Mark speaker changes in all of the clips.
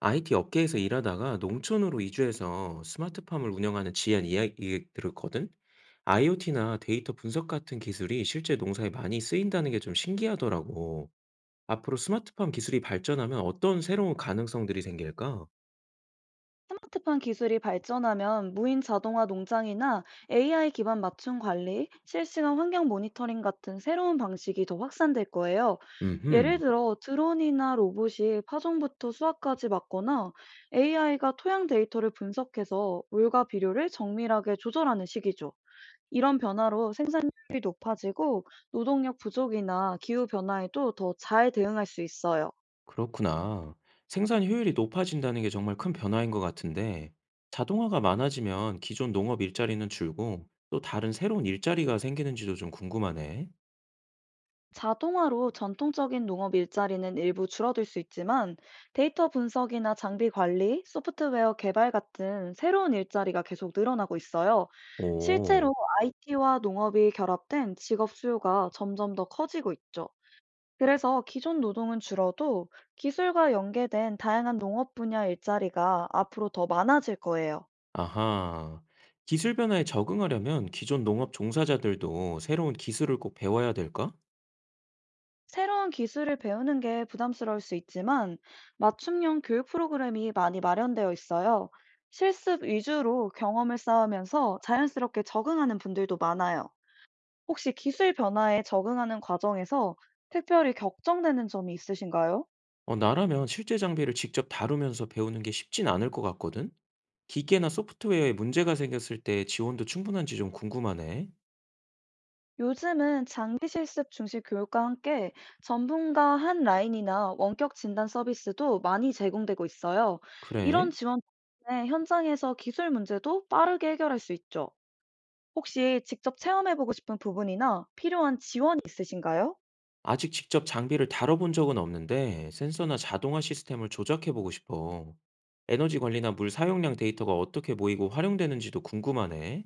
Speaker 1: IT 업계에서 일하다가 농촌으로 이주해서 스마트팜을 운영하는 지한 이야기 들었거든? IoT나 데이터 분석 같은 기술이 실제 농사에 많이 쓰인다는 게 좀 신기하더라고. 앞으로 스마트팜 기술이 발전하면 어떤 새로운 가능성들이 생길까?
Speaker 2: 스마트팜 기술이 발전하면 무인 자동화 농장이나 AI 기반 맞춤 관리, 실시간 환경 모니터링 같은 새로운 방식이 더 확산될 거예요. 예를
Speaker 1: 음흠,
Speaker 2: 들어 드론이나 로봇이 파종부터 수확까지 맡거나 AI가 토양 데이터를 분석해서 물과 비료를 정밀하게 조절하는 시기죠. 이런 변화로 생산율이 높아지고 노동력 부족이나 기후 변화에도 더 잘 대응할 수 있어요.
Speaker 1: 그렇구나. 생산 효율이 높아진다는 게 정말 큰 변화인 것 같은데, 자동화가 많아지면 기존 농업 일자리는 줄고 또 다른 새로운 일자리가 생기는지도 좀 궁금하네.
Speaker 2: 자동화로 전통적인 농업 일자리는 일부 줄어들 수 있지만 데이터 분석이나 장비 관리, 소프트웨어 개발 같은 새로운 일자리가 계속 늘어나고 있어요.
Speaker 1: 오.
Speaker 2: 실제로 IT와 농업이 결합된 직업 수요가 점점 더 커지고 있죠. 그래서 기존 노동은 줄어도 기술과 연계된 다양한 농업 분야 일자리가 앞으로 더 많아질 거예요.
Speaker 1: 아하. 기술 변화에 적응하려면 기존 농업 종사자들도 새로운 기술을 꼭 배워야 될까?
Speaker 2: 새로운 기술을 배우는 게 부담스러울 수 있지만 맞춤형 교육 프로그램이 많이 마련되어 있어요. 실습 위주로 경험을 쌓으면서 자연스럽게 적응하는 분들도 많아요. 혹시 기술 변화에 적응하는 과정에서 특별히 걱정되는 점이 있으신가요?
Speaker 1: 어, 나라면 실제 장비를 직접 다루면서 배우는 게 쉽진 않을 것 같거든? 기계나 소프트웨어에 문제가 생겼을 때 지원도 충분한지 좀 궁금하네.
Speaker 2: 요즘은 장기 실습 중심 교육과 함께 전문가 한 라인이나 원격 진단 서비스도 많이 제공되고 있어요.
Speaker 1: 그래?
Speaker 2: 이런 지원 덕분에 현장에서 기술 문제도 빠르게 해결할 수 있죠. 혹시 직접 체험해보고 싶은 부분이나 필요한 지원이 있으신가요?
Speaker 1: 아직 직접 장비를 다뤄본 적은 없는데 센서나 자동화 시스템을 조작해보고 싶어. 에너지 관리나 물 사용량 데이터가 어떻게 모이고 활용되는지도 궁금하네.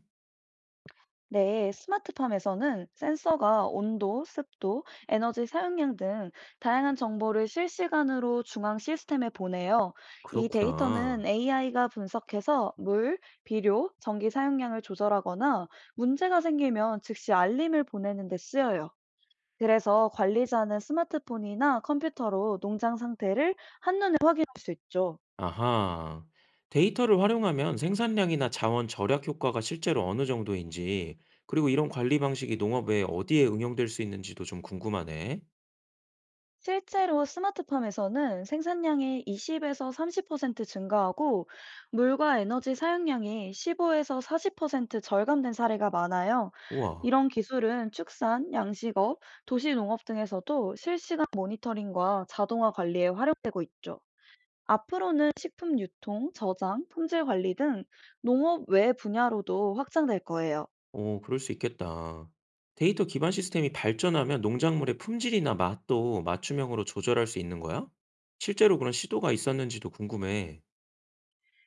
Speaker 2: 네, 스마트팜에서는 센서가 온도, 습도, 에너지 사용량 등 다양한 정보를 실시간으로 중앙 시스템에 보내요. 이 데이터는
Speaker 1: 그렇구나.
Speaker 2: AI가 분석해서 물, 비료, 전기 사용량을 조절하거나 문제가 생기면 즉시 알림을 보내는 데 쓰여요. 그래서 관리자는 스마트폰이나 컴퓨터로 농장 상태를 한눈에 확인할 수 있죠.
Speaker 1: 아하. 데이터를 활용하면 생산량이나 자원 절약 효과가 실제로 어느 정도인지, 그리고 이런 관리 방식이 농업에 어디에 응용될 수 있는지도 좀 궁금하네.
Speaker 2: 실제로 스마트팜에서는 생산량이 20에서 30% 증가하고 물과 에너지 사용량이 15에서 40% 절감된 사례가 많아요.
Speaker 1: 우와,
Speaker 2: 이런 기술은 축산, 양식업, 도시농업 등에서도 실시간 모니터링과 자동화 관리에 활용죠. 앞으로는 식품 유통, 저장, 품질 관리 등 농업 외 분야로도 확장될 거예요.
Speaker 1: 오 그럴 수 있겠다. 데이터 기반 시스템이 발전하면 농작물의 품질이나 맛도 맞춤형으로 조절할 수 있는 거야? 실제로 그런 시도가 있었는지도 궁금해.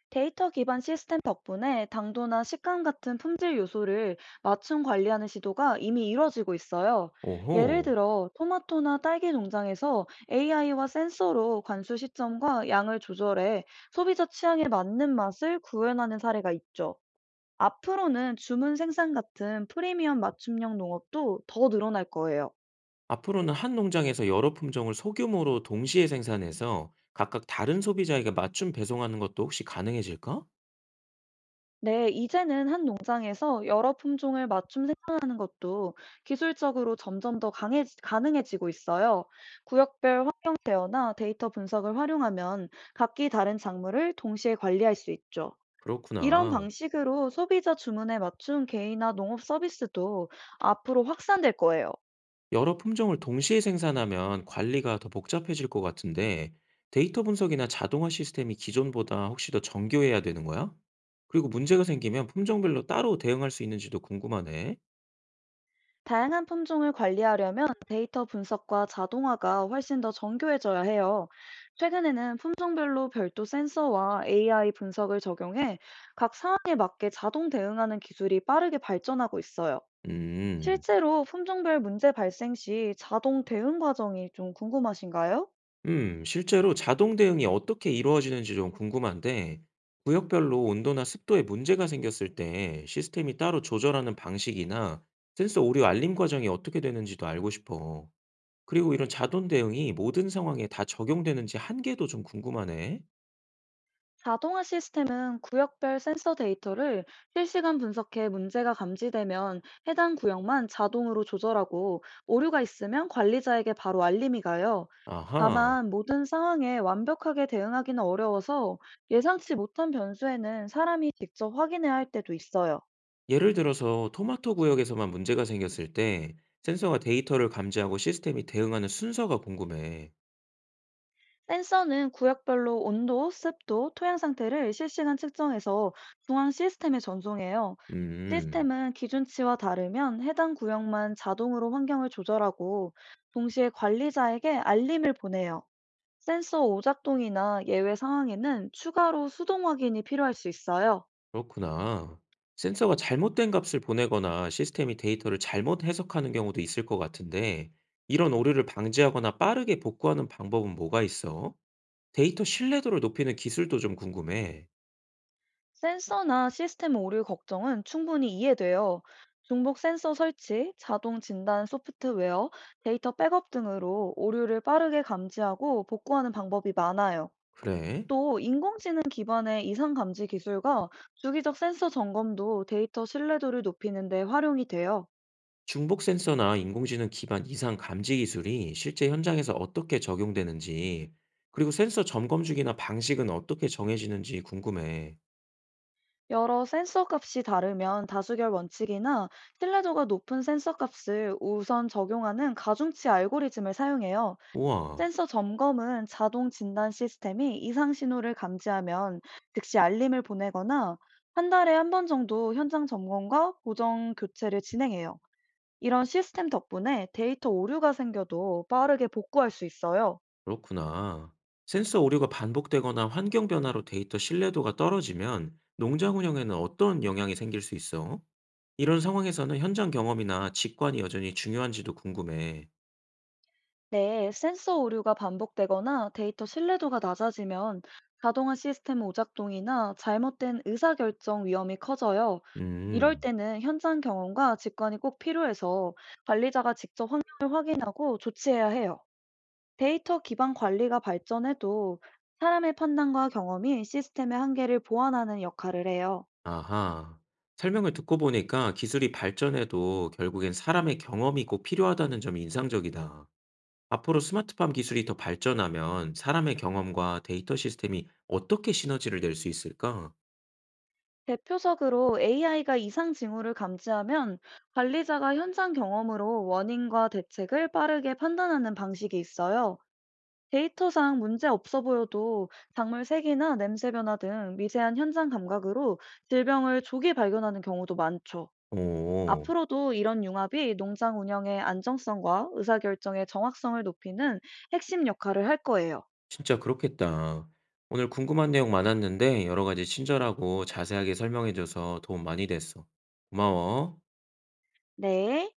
Speaker 2: 데이터 기반 시스템 덕분에 당도나 식감 같은 품질 요소를 맞춤 관리하는 시도가 이미 이뤄지고 있어요.
Speaker 1: 오호.
Speaker 2: 예를 들어, 토마토나 딸기 농장에서 AI와 센서로 관수 시점과 양을 조절해 소비자 취향에 맞는 맛을 구현하는 사례가 있죠. 앞으로는 주문 생산 같은 프리미엄 맞춤형 농업도 더 늘어날 거예요.
Speaker 1: 앞으로는 한 농장에서 여러 품종을 소규모로 동시에 생산해서 각각 다른 소비자에게 맞춤 배송하는 것도 혹시 가능해질까?
Speaker 2: 네, 이제는 한 농장에서 여러 품종을 맞춤 생산하는 것도 기술적으로 점점 더 가능해지고 있어요. 구역별 환경 제어나 데이터 분석을 활용하면 각기 다른 작물을 동시에 관리할 수 있죠. 이런
Speaker 1: 그렇구나.
Speaker 2: 방식으로 소비자 주문에 맞춘 개인화 농업 서비스도 앞으로 확산될 거예요.
Speaker 1: 여러 품종을 동시에 생산하면 관리가 더 복잡해질 것 같은데 데이터 분석이나 자동화 시스템이 기존보다 혹시 더 정교해야 되는 거야? 그리고 문제가 생기면 품종별로 따로 대응할 수 있는지도 궁금하네.
Speaker 2: 다양한 품종을 관리하려면 데이터 분석과 자동화가 훨씬 더 정교해져야 해요. 최근에는 품종별로 별도 센서와 AI 분석을 적용해 각 상황에 맞게 자동 대응하는 기술이 빠르게 발전하고 있어요.
Speaker 1: 음,
Speaker 2: 실제로 품종별 문제 발생 시 자동 대응 과정이 좀 궁금하신가요?
Speaker 1: 실제로 자동 대응이 어떻게 이루어지는지 좀 궁금한데 구역별로 온도나 습도에 문제가 생겼을 때 시스템이 따로 조절하는 방식이나 센서 오류 알림 과정이 어떻게 되는지도 알고 싶어. 그리고 이런 자돈 대응이 모든 상황에 다 적용되는지 한계도 좀 궁금하네.
Speaker 2: 자동화 시스템은 구역별 센서 데이터를 실시간 분석해 문제가 감지되면 해당 구역만 자동으로 조절하고, 오류가 있으면 관리자에게 바로 알림이 가요.
Speaker 1: 아하.
Speaker 2: 다만 모든 상황에 완벽하게 대응하기는 어려워서 예상치 못한 변수에는 사람이 직접 확인해야 할 때도 있어요.
Speaker 1: 예를 들어서 토마토 구역에서만 문제가 생겼을 때 센서가 데이터를 감지하고 시스템이 대응하는 순서가 궁금해.
Speaker 2: 센서는 구역별로 온도, 습도, 토양 상태를 실시간 측정해서 중앙 시스템에 전송해요.
Speaker 1: 음,
Speaker 2: 시스템은 기준치와 다르면 해당 구역만 자동으로 환경을 조절하고 동시에 관리자에게 알림을 보내요. 센서 오작동이나 예외 상황에는 추가로 수동 확인이 필요할 수 있어요.
Speaker 1: 그렇구나. 센서가 잘못된 값을 보내거나 시스템이 데이터를 잘못 해석하는 경우도 있을 것 같은데 이런 오류를 방지하거나 빠르게 복구하는 방법은 뭐가 있어? 데이터 신뢰도를 높이는 기술도 좀 궁금해.
Speaker 2: 센서나 시스템 오류 걱정은 충분히 이해돼요. 중복 센서 설치, 자동 진단 소프트웨어, 데이터 백업 등으로 오류를 빠르게 감지하고 복구하는 방법이 많아요.
Speaker 1: 그래?
Speaker 2: 또 인공지능 기반의 이상 감지 기술과 주기적 센서 점검도 데이터 신뢰도를 높이는 데 활용이 돼요.
Speaker 1: 중복 센서나 인공지능 기반 이상 감지 기술이 실제 현장에서 어떻게 적용되는지, 그리고 센서 점검 주기나 방식은 어떻게 정해지는지 궁금해.
Speaker 2: 여러 센서 값이 다르면 다수결 원칙이나 신뢰도가 높은 센서 값을 우선 적용하는 가중치 알고리즘을 사용해요.
Speaker 1: 우와,
Speaker 2: 센서 점검은 자동 진단 시스템이 이상 신호를 감지하면 즉시 알림을 보내거나 한 달에 한 번 정도 현장 점검과 보정 교체를 진행해요. 이런 시스템 덕분에 데이터 오류가 생겨도 빠르게 복구할 수 있어요.
Speaker 1: 그렇구나. 센서 오류가 반복되거나 환경 변화로 데이터 신뢰도가 떨어지면 농장 운영에는 어떤 영향이 생길 수 있어? 이런 상황에서는 현장 경험이나 직관이 여전히 중요한지도 궁금해.
Speaker 2: 네, 센서 오류가 반복되거나 데이터 신뢰도가 낮아지면 자동화 시스템 오작동이나 잘못된 의사결정 위험이 커져요. 이럴
Speaker 1: 음.
Speaker 2: 때는 현장 경험과 직관이 꼭 필요해서 관리자가 직접 환경을 확인하고 조치해야 해요. 데이터 기반 관리가 발전해도 사람의 판단과 경험이 시스템의 한계를 보완하는 역할을 해요.
Speaker 1: 아하. 설명을 듣고 보니까 기술이 발전해도 결국엔 사람의 경험이 꼭 필요하다는 점이 인상적이다. 앞으로 스마트팜 기술이 더 발전하면 사람의 경험과 데이터 시스템이 어떻게 시너지를 낼 수 있을까?
Speaker 2: 대표적으로 AI가 이상 징후를 감지하면 관리자가 현장 경험으로 원인과 대책을 빠르게 판단하는 방식이 있어요. 데이터상 문제 없어 보여도 작물 색이나 냄새 변화 등 미세한 현장 감각으로 질병을 조기 발견하는 경우도 많죠.
Speaker 1: 오,
Speaker 2: 앞으로도 이런 융합이 농장 운영의 안정성과 의사결정의 정확성을 높이는 핵심 역할을 할 거예요.
Speaker 1: 진짜 그렇겠다. 오늘 궁금한 내용 많았는데 여러 가지 친절하고 자세하게 설명해줘서 도움 많이 됐어. 고마워.
Speaker 2: 네.